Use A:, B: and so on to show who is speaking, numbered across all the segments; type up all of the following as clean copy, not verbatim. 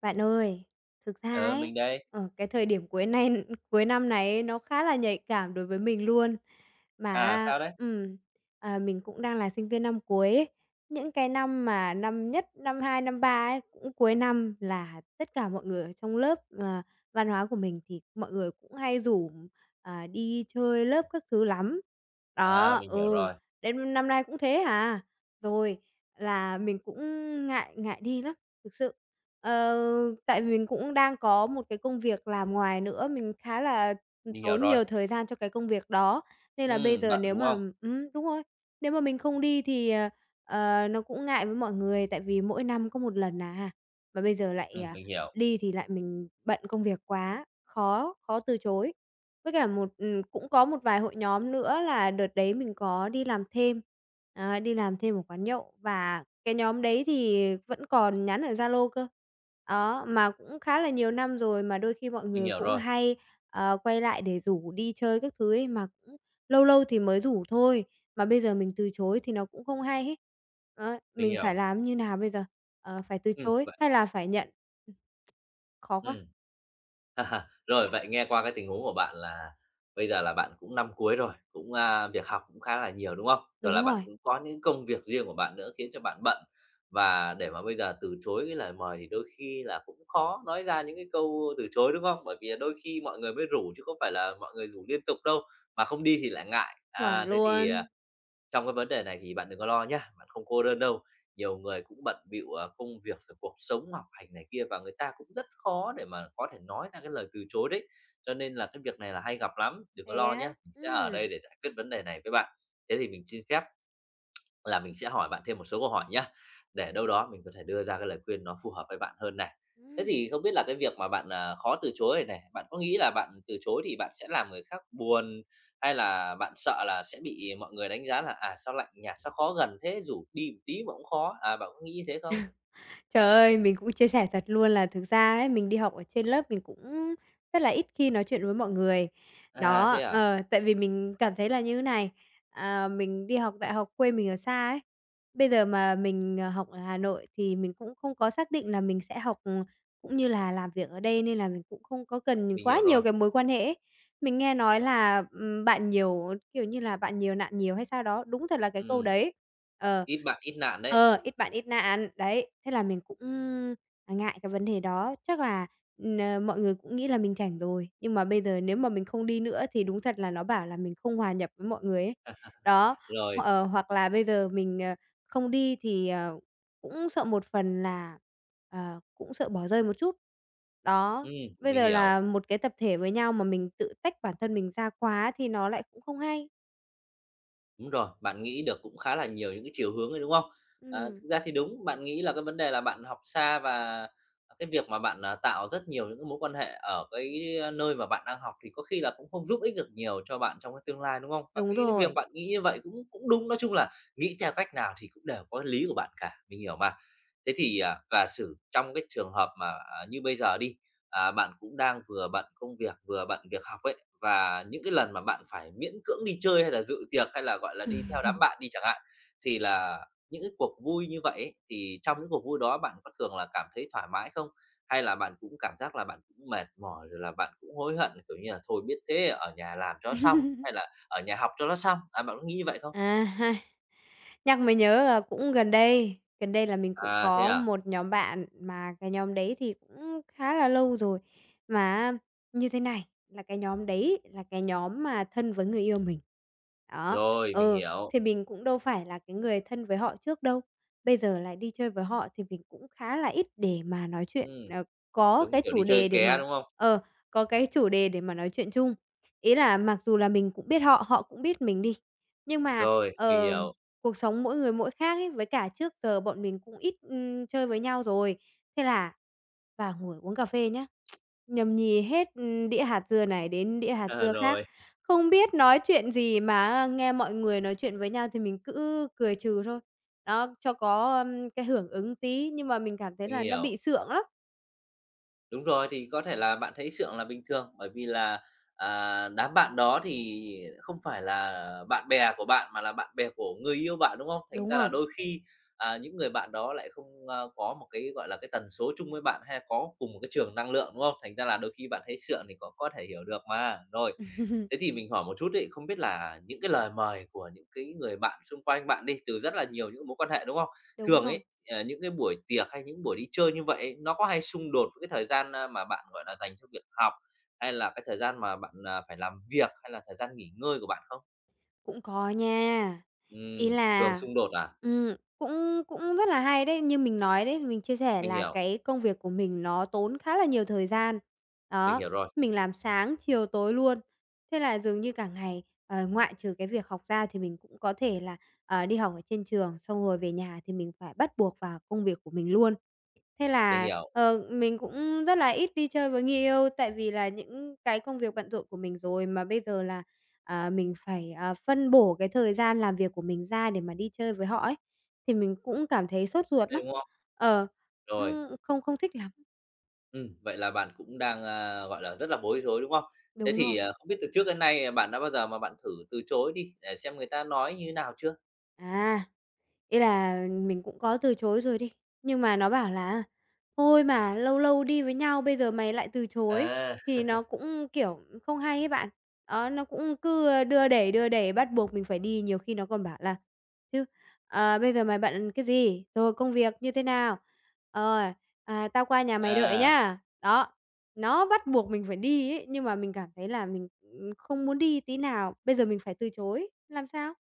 A: Bạn ơi, thực ra
B: Ừ,
A: ấy,
B: mình đây.
A: ở cái thời điểm cuối năm này ấy, nó khá là nhạy cảm đối với mình luôn.
B: À,
A: Mà
B: sao đấy?
A: ừm, mình cũng đang là sinh viên năm cuối ấy. Những cái năm mà năm nhất, năm 2 năm 3 ấy, cũng cuối năm là tất cả mọi người ở trong lớp, văn hóa của mình thì mọi người cũng hay rủ, đi chơi lớp các thứ lắm. Đó,
B: À, mình hiểu
A: ừ,
B: rồi,
A: đến năm nay cũng thế à. Rồi là mình cũng ngại ngại đi lắm, thực sự. Ờ, tại vì mình cũng đang có một cái công việc làm ngoài nữa, mình khá là
B: mình hiểu
A: tốn
B: rồi.
A: nhiều thời gian cho cái công việc đó, nên là bây giờ
B: Bận,
A: nếu
B: đúng
A: mà
B: không?
A: ừm, đúng rồi, nếu mà mình không đi thì, nó cũng ngại với mọi người, tại vì mỗi năm có một lần à, mà bây giờ lại,
B: Ừm, mình hiểu,
A: đi thì lại mình bận công việc quá, khó khó từ chối. Với cả một cũng có một vài hội nhóm nữa là đợt đấy mình có đi làm thêm, đi làm thêm một quán nhậu và cái nhóm đấy thì vẫn còn nhắn ở Zalo cơ. Đó, mà cũng khá là nhiều năm rồi mà đôi khi mọi
B: mình
A: người
B: hiểu
A: cũng
B: rồi,
A: hay, quay lại để rủ đi chơi các thứ ấy, mà cũng lâu lâu thì mới rủ thôi, mà bây giờ mình từ chối thì nó cũng không hay hết. Đó,
B: mình
A: mình phải
B: hiểu.
A: làm như nào bây giờ? Ờ, phải từ chối
B: Vậy
A: hay là phải nhận? Ừm. Khó quá.
B: ừm, rồi, vậy nghe qua cái tình huống của bạn là bây giờ là bạn cũng năm cuối rồi, cũng, việc học cũng khá là nhiều, đúng không? Rồi
A: Đúng
B: là bạn
A: rồi,
B: cũng có những công việc riêng của bạn nữa khiến cho bạn bận, và để mà bây giờ từ chối cái lời mời thì đôi khi là cũng khó nói ra những cái câu từ chối, đúng không? Bởi vì đôi khi mọi người mới rủ chứ không phải là mọi người rủ liên tục đâu, mà không đi thì lại ngại.
A: chuẩn
B: À, thế thì,
A: luôn.
B: à Trong cái vấn đề này thì bạn đừng có lo nhá, bạn không cô đơn đâu. Nhiều người cũng bận bịu, ờ, công việc rồi cuộc sống, học hành này kia và người ta cũng rất khó để mà có thể nói ra cái lời từ chối đấy. Cho nên là cái việc này là hay gặp lắm, đừng có
A: Thế
B: lo nhé
A: á?
B: mình sẽ ở đây để giải quyết vấn đề này với bạn. Thế thì mình xin phép là mình sẽ hỏi bạn thêm một số câu hỏi nhé để đâu đó mình có thể đưa ra cái lời khuyên nó phù hợp với bạn hơn này. Thế
A: Ừm.
B: thì không biết là cái việc mà bạn, à, khó từ chối này này, bạn có nghĩ là bạn từ chối thì bạn sẽ làm người khác buồn, hay là bạn sợ là sẽ bị mọi người đánh giá là "À, sao lạnh nhạt, sao khó gần thế, rủ đi một tí mà cũng khó." À, bạn có nghĩ như thế không?
A: Trời ơi, mình cũng chia sẻ thật luôn là thực ra ấy, mình đi học ở trên lớp mình cũng rất là ít khi nói chuyện với mọi người.
B: À,
A: Đó,
B: thế à?
A: ờ, tại vì mình cảm thấy là như thế này, mình đi học đại học quê mình ở xa ấy, bây giờ mà mình, học ở Hà Nội thì mình cũng không có xác định là mình sẽ học, cũng như là làm việc ở đây nên là mình cũng không có cần
B: Mình
A: quá
B: hiểu
A: nhiều
B: rồi.
A: cái mối quan hệ ấy. Mình nghe nói là, "Bạn nhiều" kiểu như là, "Bạn nhiều nạn nhiều" hay sao đó, đúng thật là cái câu
B: Ừ,
A: đấy. Ờ.
B: ít bạn ít nạn đấy.
A: Ờ, ít bạn ít nạn, đấy, thế là mình cũng, ngại cái vấn đề đó. Chắc là, mọi người cũng nghĩ là mình chảnh rồi, nhưng mà bây giờ nếu mà mình không đi nữa thì đúng thật là nó bảo là mình không hòa nhập với mọi người ấy. Đó,
B: Rồi,
A: ờ, hoặc là bây giờ mình, không đi thì, cũng sợ một phần là, cũng sợ bỏ rơi một chút. Đó,
B: ừ
A: bây
B: mình
A: giờ
B: hiểu.
A: là một cái tập thể với nhau mà mình tự tách bản thân mình ra quá thì nó lại cũng không hay.
B: Đúng rồi, bạn nghĩ được cũng khá là nhiều những cái chiều hướng ấy, đúng không? Ờ,
A: Ừm,
B: thực ra thì đúng, bạn nghĩ là cái vấn đề là bạn học xa và cái việc mà bạn, à, tạo rất nhiều những cái mối quan hệ ở cái, ờ, nơi mà bạn đang học thì có khi là cũng không giúp ích được nhiều cho bạn trong cái tương lai, đúng không? Và
A: đúng
B: cái việc bạn nghĩ như vậy cũng cũng đúng, nói chung là nghĩ theo cách nào thì cũng đều có lý của bạn cả, mình hiểu mà. Thế thì, à, và xử trong cái trường hợp mà, à, như bây giờ đi, à, bạn cũng đang vừa bận công việc, vừa bận việc học ấy, và những cái lần mà bạn phải miễn cưỡng đi chơi hay là dự tiệc, hay là, gọi là, đi theo đám bạn đi chẳng hạn, thì là những cái cuộc vui như vậy ấy, thì trong những cuộc vui đó bạn có thường là cảm thấy thoải mái không? Hay là bạn cũng cảm giác là bạn cũng mệt mỏi, rồi là bạn cũng hối hận, kiểu như là, thôi biết thế ở nhà làm cho xong,
A: rồi.
B: hay là ở nhà học cho nó xong? À, bạn có nghĩ như vậy không?
A: À ha. Nhắc mới nhớ là cũng gần đây là mình cũng
B: À, thế
A: có
B: à?
A: một nhóm bạn mà cái nhóm đấy thì cũng khá là lâu rồi. Mà như thế này, là cái nhóm đấy là cái nhóm mà thân với người yêu mình. Đó,
B: Rồi, mình
A: ừ,
B: hiểu.
A: thì mình cũng đâu phải là cái người thân với họ trước đâu. Bây giờ lại đi chơi với họ thì mình cũng khá là ít để mà nói chuyện,
B: Ừm,
A: có
B: giống
A: cái
B: kiểu đi
A: chủ
B: chơi
A: đề để mà
B: ké, đúng không?
A: ờ, có cái chủ đề để mà nói chuyện chung. Ý là mặc dù là mình cũng biết họ, họ cũng biết mình đi. Nhưng mà,
B: Rồi, mình
A: ờ,
B: hiểu.
A: cuộc sống mỗi người mỗi khác ấy, với cả trước giờ bọn mình cũng ít, chơi với nhau rồi. Thế là vào ngồi uống cà phê nhá, nhâm nhi hết, đĩa hạt dưa này đến đĩa hạt dưa khác,
B: Rồi,
A: không biết nói chuyện gì mà nghe mọi người nói chuyện với nhau thì mình cứ cười trừ thôi. Đó, cho có, cái hưởng ứng tí, nhưng mà mình cảm thấy
B: mình
A: là nó
B: hiểu.
A: bị sượng lắm.
B: Đúng rồi, thì có thể là bạn thấy sượng là bình thường, bởi vì là, à, đám bạn đó thì không phải là bạn bè của bạn mà là bạn bè của người yêu bạn, đúng không? Thành
A: Đúng
B: ra là
A: rồi,
B: đôi khi, à, những người bạn đó lại không, có một cái, gọi là, cái tần số chung với bạn hay có cùng một cái trường năng lượng, đúng không? Thành ra là đôi khi bạn thấy sượng thì có thể hiểu được mà. Rồi. Thế thì mình hỏi một chút ấy, không biết là những cái lời mời của những cái người bạn xung quanh bạn đi, từ rất là nhiều những mối quan hệ, đúng không?
A: đúng
B: Thường
A: rồi.
B: ấy, ờ, những cái buổi tiệc hay những buổi đi chơi như vậy ấy, nó có hay xung đột với cái thời gian, mà bạn, gọi là, dành cho việc học, hay là cái thời gian mà bạn, à, phải làm việc, hay là thời gian nghỉ ngơi của bạn không?
A: Cũng có nha. Ý
B: Thường
A: là
B: xung đột à?
A: cũng cũng rất là hay đấy. Như mình nói đấy, mình chia sẻ
B: Mình
A: là
B: hiểu,
A: cái công việc của mình nó tốn khá là nhiều thời gian.
B: mình
A: Đó,
B: hiểu rồi,
A: mình làm sáng, chiều, tối luôn. Thế là dường như cả ngày, ngoại trừ cái việc học ra thì mình cũng có thể là, đi học ở trên trường, xong rồi về nhà thì mình phải bắt buộc vào công việc của mình luôn. Thế
B: mình
A: là,
B: hiểu,
A: mình cũng rất là ít đi chơi với người yêu, tại vì là những cái công việc bận rộn của mình rồi, mà bây giờ là mình phải, phân bổ cái thời gian làm việc của mình ra để mà đi chơi với họ ấy, thì mình cũng cảm thấy sốt ruột
B: đấy,
A: lắm.
B: đúng không?
A: Ờ,
B: Rồi,
A: không không thích lắm.
B: vậy là bạn cũng đang, gọi là, rất là bối rối, đúng không? Thế
A: Đúng rồi.
B: thì, à, không biết từ trước đến nay, à, bạn đã bao giờ mà bạn thử từ chối đi, để xem người ta nói như thế nào chưa?
A: À. Ý là mình cũng có từ chối rồi đi, nhưng mà nó bảo là "Thôi mà, lâu lâu đi với nhau bây giờ mày lại từ chối
B: À,
A: thì nó cũng, kiểu, không hay ấy bạn." Đó, nó cũng cứ, đưa đẩy bắt buộc mình phải đi, nhiều khi nó còn bảo là chứ, "Bây giờ mày bận cái gì? Rồi công việc như thế nào? Ờ, Tao qua nhà mày đợi
B: à,
A: nhá." Đó, nó bắt buộc mình phải đi ấy, nhưng mà mình cảm thấy là mình, không muốn đi tí nào, bây giờ mình phải từ chối, làm sao?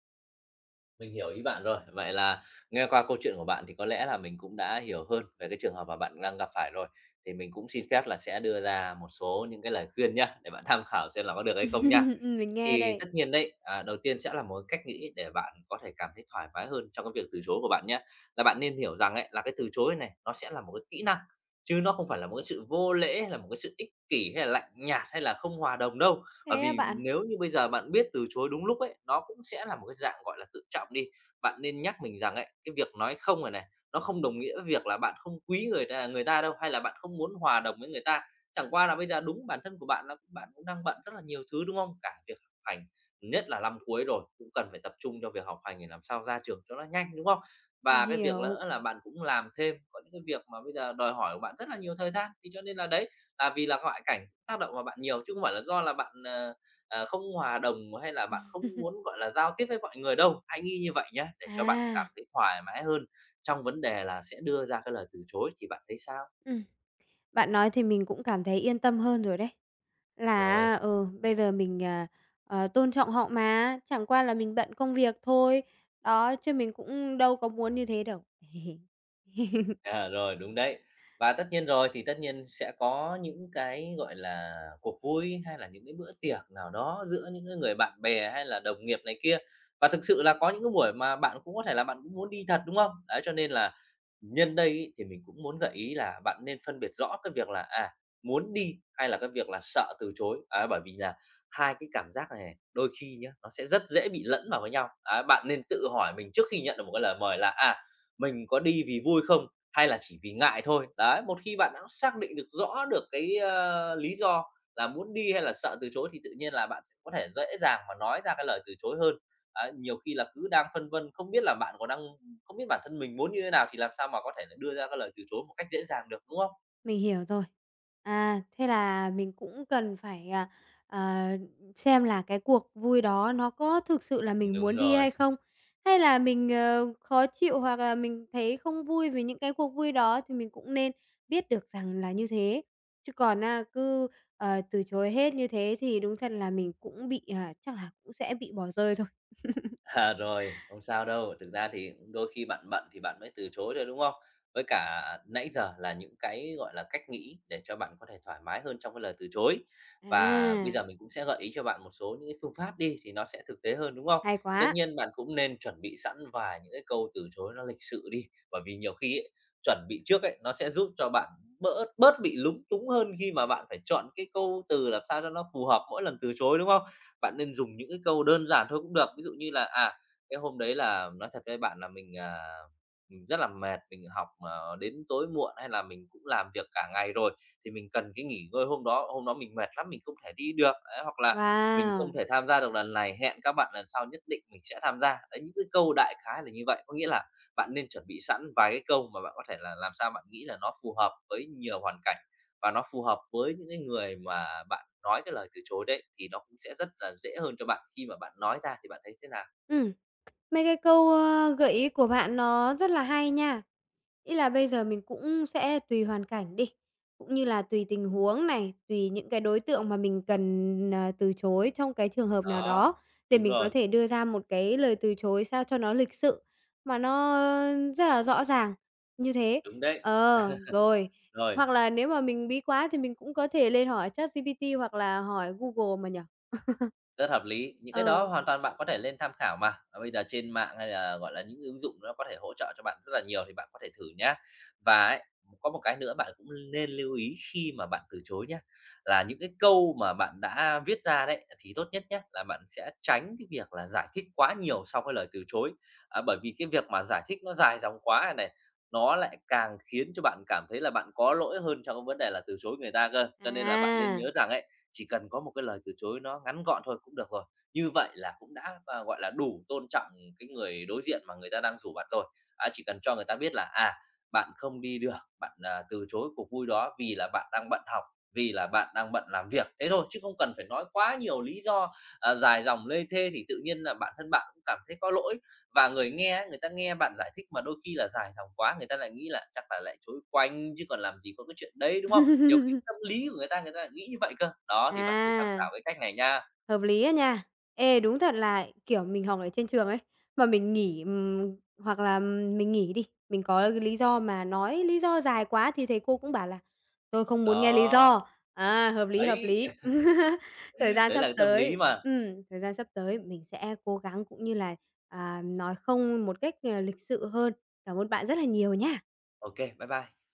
B: mình hiểu ý bạn rồi. Vậy là nghe qua câu chuyện của bạn thì có lẽ là mình cũng đã hiểu hơn về cái trường hợp mà bạn đang gặp phải rồi. Thì mình cũng xin phép là sẽ đưa ra một số những cái lời khuyên nhá, để bạn tham khảo xem là có được hay không nha.
A: Mình nghe
B: Thì
A: đây.
B: tất nhiên đấy, à, đầu tiên sẽ là một cách nghĩ để bạn có thể cảm thấy thoải mái hơn trong cái việc từ chối của bạn nhé. Là bạn nên hiểu rằng ấy, là cái từ chối này nó sẽ là một cái kỹ năng, chứ nó không phải là một cái sự vô lễ, hay là một cái sự ích kỷ, hay là lạnh nhạt, hay là không hòa đồng đâu. Bởi
A: Thế á
B: vì
A: bạn.
B: nếu như bây giờ bạn biết từ chối đúng lúc ấy, nó cũng sẽ là một cái dạng, gọi là, tự trọng đi. Bạn nên nhắc mình rằng ấy, cái việc nói không này này, nó không đồng nghĩa với việc là bạn không quý người ta đâu, hay là bạn không muốn hòa đồng với người ta. Chẳng qua là bây giờ đúng bản thân của bạn là bạn cũng đang bận rất là nhiều thứ, đúng không? Cả việc học hành, nhất là năm cuối rồi, cũng cần phải tập trung cho việc học hành để làm sao ra trường cho nó nhanh, đúng không?
A: Mình
B: Và cái việc
A: hiểu.
B: lỡ là bạn cũng làm thêm, có những cái việc mà bây giờ đòi hỏi của bạn rất là nhiều thời gian, thế cho nên là đấy, là vì là ngoại cảnh tác động vào bạn nhiều chứ không phải là do là bạn, không hòa đồng hay là bạn không muốn, gọi là, giao tiếp với mọi người đâu. Hãy nghĩ như vậy nhá, để cho bạn
A: À,
B: cảm thấy thoải mái hơn trong vấn đề là sẽ đưa ra cái lời từ chối thì bạn thấy sao?
A: Ừm. Bạn nói thì mình cũng cảm thấy yên tâm hơn rồi đấy.
B: Rồi.
A: Là ừ, bây giờ mình, tôn trọng họ mà, chẳng qua là mình bận công việc thôi. Đó, chứ mình cũng đâu có muốn như thế đâu.
B: À, rồi, đúng đấy. Và tất nhiên rồi, thì tất nhiên sẽ có những cái, gọi là, cuộc vui hay là những cái bữa tiệc nào đó giữa những cái người bạn bè hay là đồng nghiệp này kia. Và thực sự là có những cái buổi mà bạn cũng có thể là bạn cũng muốn đi thật, đúng không? Đấy, cho nên là nhân đây ấy, thì mình cũng muốn gợi ý là bạn nên phân biệt rõ cái việc là, à, muốn đi hay là cái việc là sợ từ chối. Ấy, bởi vì là hai cái cảm giác này này, đôi khi nhá, nó sẽ rất dễ bị lẫn vào với nhau. Ấy, bạn nên tự hỏi mình trước khi nhận được một cái lời mời là, à, mình có đi vì vui không hay là chỉ vì ngại thôi. Đấy, một khi bạn đã xác định được rõ được cái, ơ, lý do là muốn đi hay là sợ từ chối thì tự nhiên là bạn sẽ có thể dễ dàng mà nói ra cái lời từ chối hơn. Đấy, nhiều khi là cứ đang phân vân, không biết là bạn có đang không biết bản thân mình muốn như thế nào thì làm sao mà có thể là đưa ra cái lời từ chối một cách dễ dàng được, đúng không?
A: Mình hiểu rồi. À, thế là mình cũng cần phải, ờ, xem là cái cuộc vui đó nó có thực sự là mình
B: Đúng
A: muốn đi
B: rồi.
A: hay không? Hay là mình, khó chịu hoặc là mình thấy không vui vì những cái cuộc vui đó thì mình cũng nên biết được rằng là như thế. Chứ còn á, cứ, từ chối hết như thế thì đúng thật là mình cũng bị, chắc là cũng sẽ bị bỏ rơi thôi.
B: À, rồi, không sao đâu. Thực ra thì đôi khi bạn bận thì bạn mới từ chối thôi, đúng không? Với cả nãy giờ là những cái, gọi là, cách nghĩ để cho bạn có thể thoải mái hơn trong cái lời từ chối.
A: À,
B: Và bây giờ mình cũng sẽ gợi ý cho bạn một số những cái phương pháp đi thì nó sẽ thực tế hơn, đúng không?
A: hay
B: Thì tất
A: quá!
B: nhiên bạn cũng nên chuẩn bị sẵn vài những cái câu từ chối nó lịch sự đi, bởi vì nhiều khi ấy, chuẩn bị trước ấy, nó sẽ giúp cho bạn bớt bớt bị lúng túng hơn khi mà bạn phải chọn cái câu từ làm sao cho nó phù hợp mỗi lần từ chối, đúng không? Bạn nên dùng những cái câu đơn giản thôi cũng được. Ví dụ như là, à, cái hôm đấy là nói thật với bạn là mình, à, mình rất là mệt, mình học mà đến tối muộn hay là mình cũng làm việc cả ngày rồi, thì mình cần cái nghỉ ngơi hôm đó mình mệt lắm, mình không thể đi được. Đấy, hoặc là mình không
A: Wow!
B: thể tham gia được lần này, hẹn các bạn lần sau nhất định mình sẽ tham gia. Đấy, những cái câu đại khái là như vậy. Có nghĩa là bạn nên chuẩn bị sẵn vài cái câu mà bạn có thể là làm sao bạn nghĩ là nó phù hợp với nhiều hoàn cảnh và nó phù hợp với những cái người mà bạn nói cái lời từ chối đấy, thì nó cũng sẽ rất là dễ hơn cho bạn khi mà bạn nói ra thì bạn thấy thế nào?
A: Ừm. Mấy cái câu, gợi ý của bạn nó rất là hay nha. Ý là bây giờ mình cũng sẽ tùy hoàn cảnh đi, cũng như là tùy tình huống này, tùy những cái đối tượng mà mình cần, từ chối trong cái trường hợp nào
B: Đó.
A: đó để
B: Đúng
A: mình có
B: rồi,
A: thể đưa ra một cái lời từ chối sao cho nó lịch sự, mà nó rất là rõ ràng, như thế.
B: đúng đấy.
A: Ờ, rồi,
B: Rồi,
A: hoặc là nếu mà mình bí quá thì mình cũng có thể lên hỏi ChatGPT hoặc là hỏi Google mà nhở.
B: rất hợp lý, những cái
A: Ờ,
B: đó hoàn toàn bạn có thể lên tham khảo mà. Và bây giờ trên mạng hay là, gọi là, những ứng dụng nó có thể hỗ trợ cho bạn rất là nhiều thì bạn có thể thử nhá. Và ấy, có một cái nữa bạn cũng nên lưu ý khi mà bạn từ chối nhá, là những cái câu mà bạn đã viết ra đấy, thì tốt nhất nhé là bạn sẽ tránh cái việc là giải thích quá nhiều sau cái lời từ chối. À, bởi vì cái việc mà giải thích nó dài dòng quá này này, nó lại càng khiến cho bạn cảm thấy là bạn có lỗi hơn trong cái vấn đề là từ chối người ta cơ. Cho nên là bạn nên
A: à.
B: nhớ rằng ấy, chỉ cần có một cái lời từ chối nó ngắn gọn thôi cũng được rồi. Như vậy là cũng đã, à, gọi là, đủ tôn trọng cái người đối diện mà người ta đang rủ bạn rồi. Á, chỉ cần cho người ta biết là, à, bạn không đi được, bạn, à, từ chối cuộc vui đó vì là bạn đang bận học, vì là bạn đang bận làm việc, thế thôi, chứ không cần phải nói quá nhiều lý do, à, dài dòng lê thê thì tự nhiên là bản thân bạn cũng cảm thấy có lỗi, và người ta nghe bạn giải thích mà đôi khi là dài dòng quá, người ta lại nghĩ là chắc là lại trối quanh chứ còn làm gì có cái chuyện đấy, đúng không? Nhiều khi tâm lý của người ta lại nghĩ như vậy cơ. Đó, thì bạn thử tham
A: À.
B: khảo cái cách này nha.
A: Hợp lý á nha. Ê, đúng thật là, kiểu, mình học ở trên trường ấy, mà mình nghỉ, hoặc là mình nghỉ đi, mình có cái lý do mà nói lý do dài quá thì thầy cô cũng bảo là "Tôi không muốn nghe lý
B: Đó,
A: do." À, hợp lý, hợp
B: đấy,
A: lý.
B: đấy là cái tâm lý mà.
A: Thời gian sắp tới mình sẽ cố gắng cũng như là, nói không một cách, lịch sự hơn. Cảm ơn bạn rất là nhiều nha.
B: Ok, bye bye.